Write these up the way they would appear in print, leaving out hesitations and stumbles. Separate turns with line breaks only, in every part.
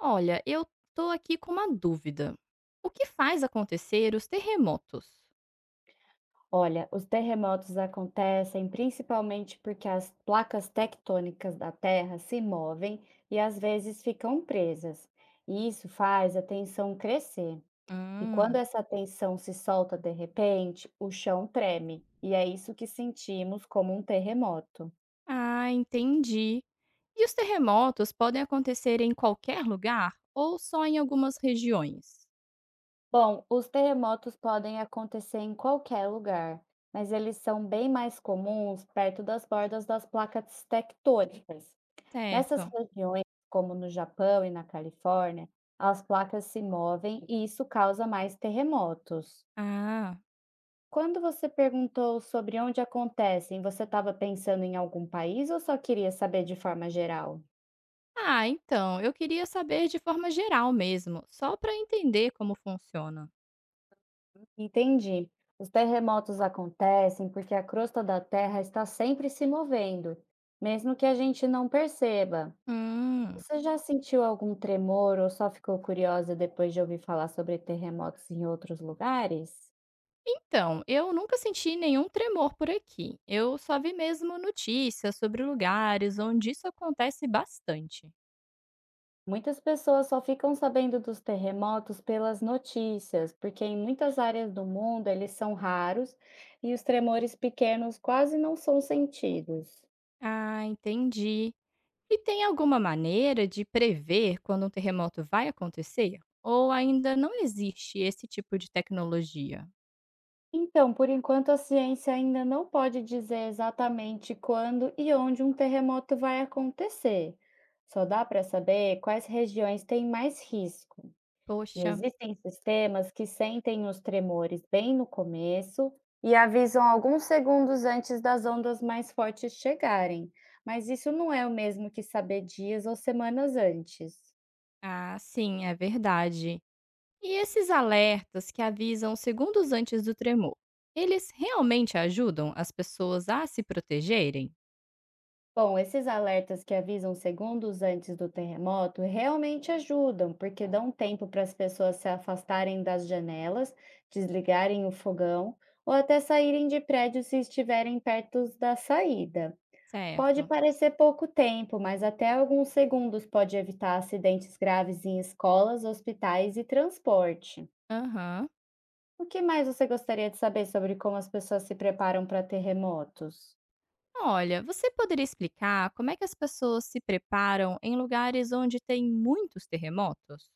Olha, eu tô aqui com uma dúvida. O que faz acontecer os terremotos?
Olha, os terremotos acontecem principalmente porque as placas tectônicas da Terra se movem e às vezes ficam presas. E isso faz a tensão crescer. E quando
Hum.
essa tensão se solta de repente, o chão treme. E é isso que sentimos como um terremoto.
Ah, entendi. E os terremotos podem acontecer em qualquer lugar ou só em algumas regiões?
Bom, os terremotos podem acontecer em qualquer lugar, mas eles são bem mais comuns perto das bordas das placas tectônicas. Nessas
Certo.
regiões, como no Japão e na Califórnia, as placas se movem e isso causa mais terremotos.
Ah.
Quando você perguntou sobre onde acontecem, você estava pensando em algum país ou só queria saber de forma geral?
Ah, então, eu queria saber de forma geral mesmo, só para entender como funciona.
Entendi. Os terremotos acontecem porque a crosta da Terra está sempre se movendo, mesmo que a gente não perceba.
Hum.
Você já sentiu algum tremor ou só ficou curiosa depois de ouvir falar sobre terremotos em outros lugares?
Então, eu nunca senti nenhum tremor por aqui. Eu só vi mesmo notícias sobre lugares onde isso acontece bastante.
Muitas pessoas só ficam sabendo dos terremotos pelas notícias, porque em muitas áreas do mundo eles são raros e os tremores pequenos quase não são sentidos.
Ah, entendi. E tem alguma maneira de prever quando um terremoto vai acontecer? Ou ainda não existe esse tipo de tecnologia?
Então, por enquanto, a ciência ainda não pode dizer exatamente quando e onde um terremoto vai acontecer. Só dá para saber quais regiões têm mais risco. E
Poxa.
existem sistemas que sentem os tremores bem no começo e avisam alguns segundos antes das ondas mais fortes chegarem, mas isso não é o mesmo que saber dias ou semanas antes.
Ah, sim, é verdade. E esses alertas que avisam segundos antes do tremor, eles realmente ajudam as pessoas a se protegerem?
Bom, esses alertas que avisam segundos antes do terremoto realmente ajudam, porque dão tempo para as pessoas se afastarem das janelas, desligarem o fogão ou até saírem de prédio se estiverem perto da saída. Pode
Certo.
parecer pouco tempo, mas até alguns segundos pode evitar acidentes graves em escolas, hospitais e transporte.
Aham.
O que mais você gostaria de saber sobre como as pessoas se preparam para terremotos?
Olha, você poderia explicar como é que as pessoas se preparam em lugares onde tem muitos terremotos?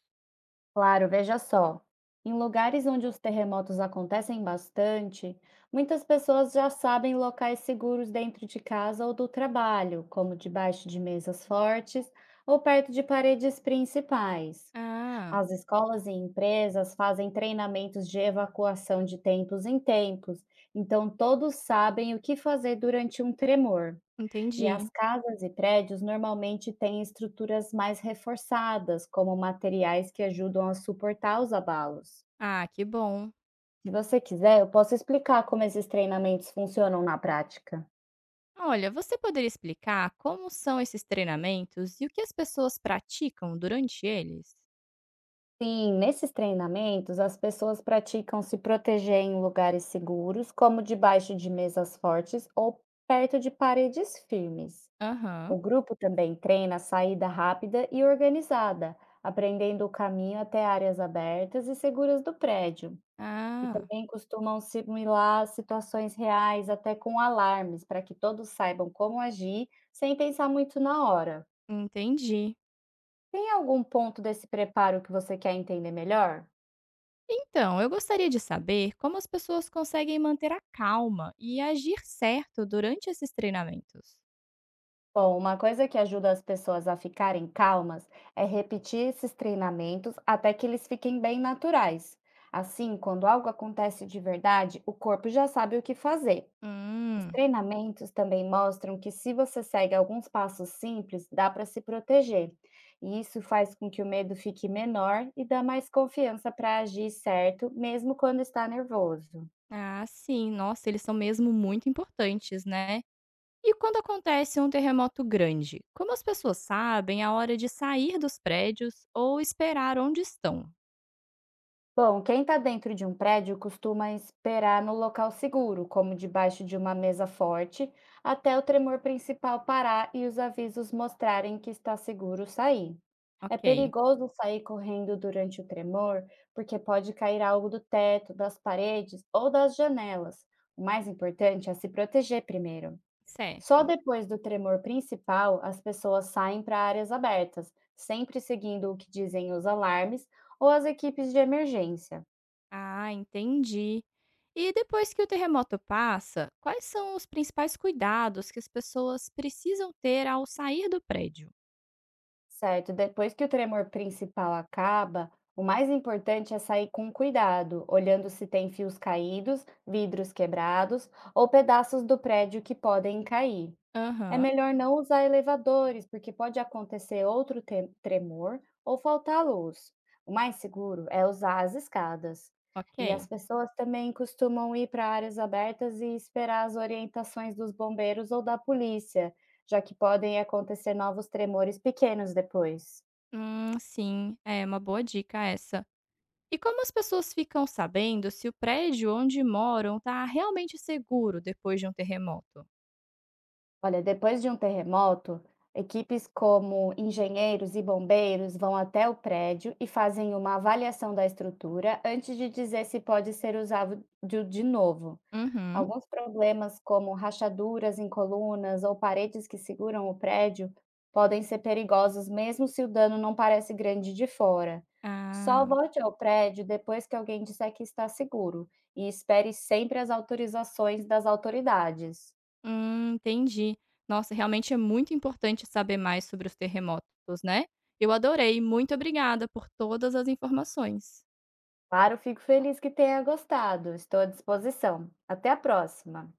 Claro, veja só. Em lugares onde os terremotos acontecem bastante, muitas pessoas já sabem locais seguros dentro de casa ou do trabalho, como debaixo de mesas fortes ou perto de paredes principais.
Ah.
As escolas e empresas fazem treinamentos de evacuação de tempos em tempos, então todos sabem o que fazer durante um tremor. E as
Entendi.
casas e prédios normalmente têm estruturas mais reforçadas, como materiais que ajudam a suportar os abalos.
Ah, que bom.
Se você quiser, eu posso explicar como esses treinamentos funcionam na prática.
Olha, você poderia explicar como são esses treinamentos e o que as pessoas praticam durante eles?
Sim, nesses treinamentos, as pessoas praticam se proteger em lugares seguros, como debaixo de mesas fortes ou perto de paredes firmes.
Aham.
O grupo também treina a saída rápida e organizada, aprendendo o caminho até áreas abertas e seguras do prédio. E
Ah,
também costumam simular situações reais, até com alarmes, para que todos saibam como agir sem pensar muito na hora.
entendi.
Tem algum ponto desse preparo que você quer entender melhor?
Então, eu gostaria de saber como as pessoas conseguem manter a calma e agir certo durante esses treinamentos.
Bom, uma coisa que ajuda as pessoas a ficarem calmas é repetir esses treinamentos até que eles fiquem bem naturais. Assim, quando algo acontece de verdade, o corpo já sabe o que fazer. Os
Hum.
treinamentos também mostram que, se você segue alguns passos simples, dá para se proteger. E isso faz com que o medo fique menor e dá mais confiança para agir certo, mesmo quando está nervoso.
Ah, sim. Nossa, eles são mesmo muito importantes, né? E quando acontece um terremoto grande, como as pessoas sabem é a hora de sair dos prédios ou esperar onde estão?
Bom, quem está dentro de um prédio costuma esperar no local seguro, como debaixo de uma mesa forte, até o tremor principal parar e os avisos mostrarem que está seguro sair. É
Ok.
perigoso sair correndo durante o tremor, porque pode cair algo do teto, das paredes ou das janelas. O mais importante é se proteger primeiro. Só
Certo.
depois do tremor principal, as pessoas saem para áreas abertas, sempre seguindo o que dizem os alarmes ou as equipes de emergência.
Ah, entendi. E depois que o terremoto passa, quais são os principais cuidados que as pessoas precisam ter ao sair do prédio?
Certo, depois que o tremor principal acaba, o mais importante é sair com cuidado, olhando se tem fios caídos, vidros quebrados ou pedaços do prédio que podem cair. É
Aham.
melhor não usar elevadores, porque pode acontecer outro tremor ou faltar luz. O mais seguro é usar as escadas. E as
Ok.
pessoas também costumam ir para áreas abertas e esperar as orientações dos bombeiros ou da polícia, já que podem acontecer novos tremores pequenos depois.
Sim, é uma boa dica essa. E como as pessoas ficam sabendo se o prédio onde moram está realmente seguro depois de um terremoto?
Olha, depois de um terremoto, equipes como engenheiros e bombeiros vão até o prédio e fazem uma avaliação da estrutura antes de dizer se pode ser usado de novo.
Uhum.
Alguns problemas, como rachaduras em colunas ou paredes que seguram o prédio, podem ser perigosos mesmo se o dano não parece grande de fora. Só
Ah.
volte ao prédio depois que alguém disser que está seguro e espere sempre as autorizações das autoridades.
Hum, entendi. Nossa, realmente é muito importante saber mais sobre os terremotos, né? Eu adorei, muito obrigada por todas as informações.
Claro, fico feliz que tenha gostado. Estou à disposição. Até a próxima.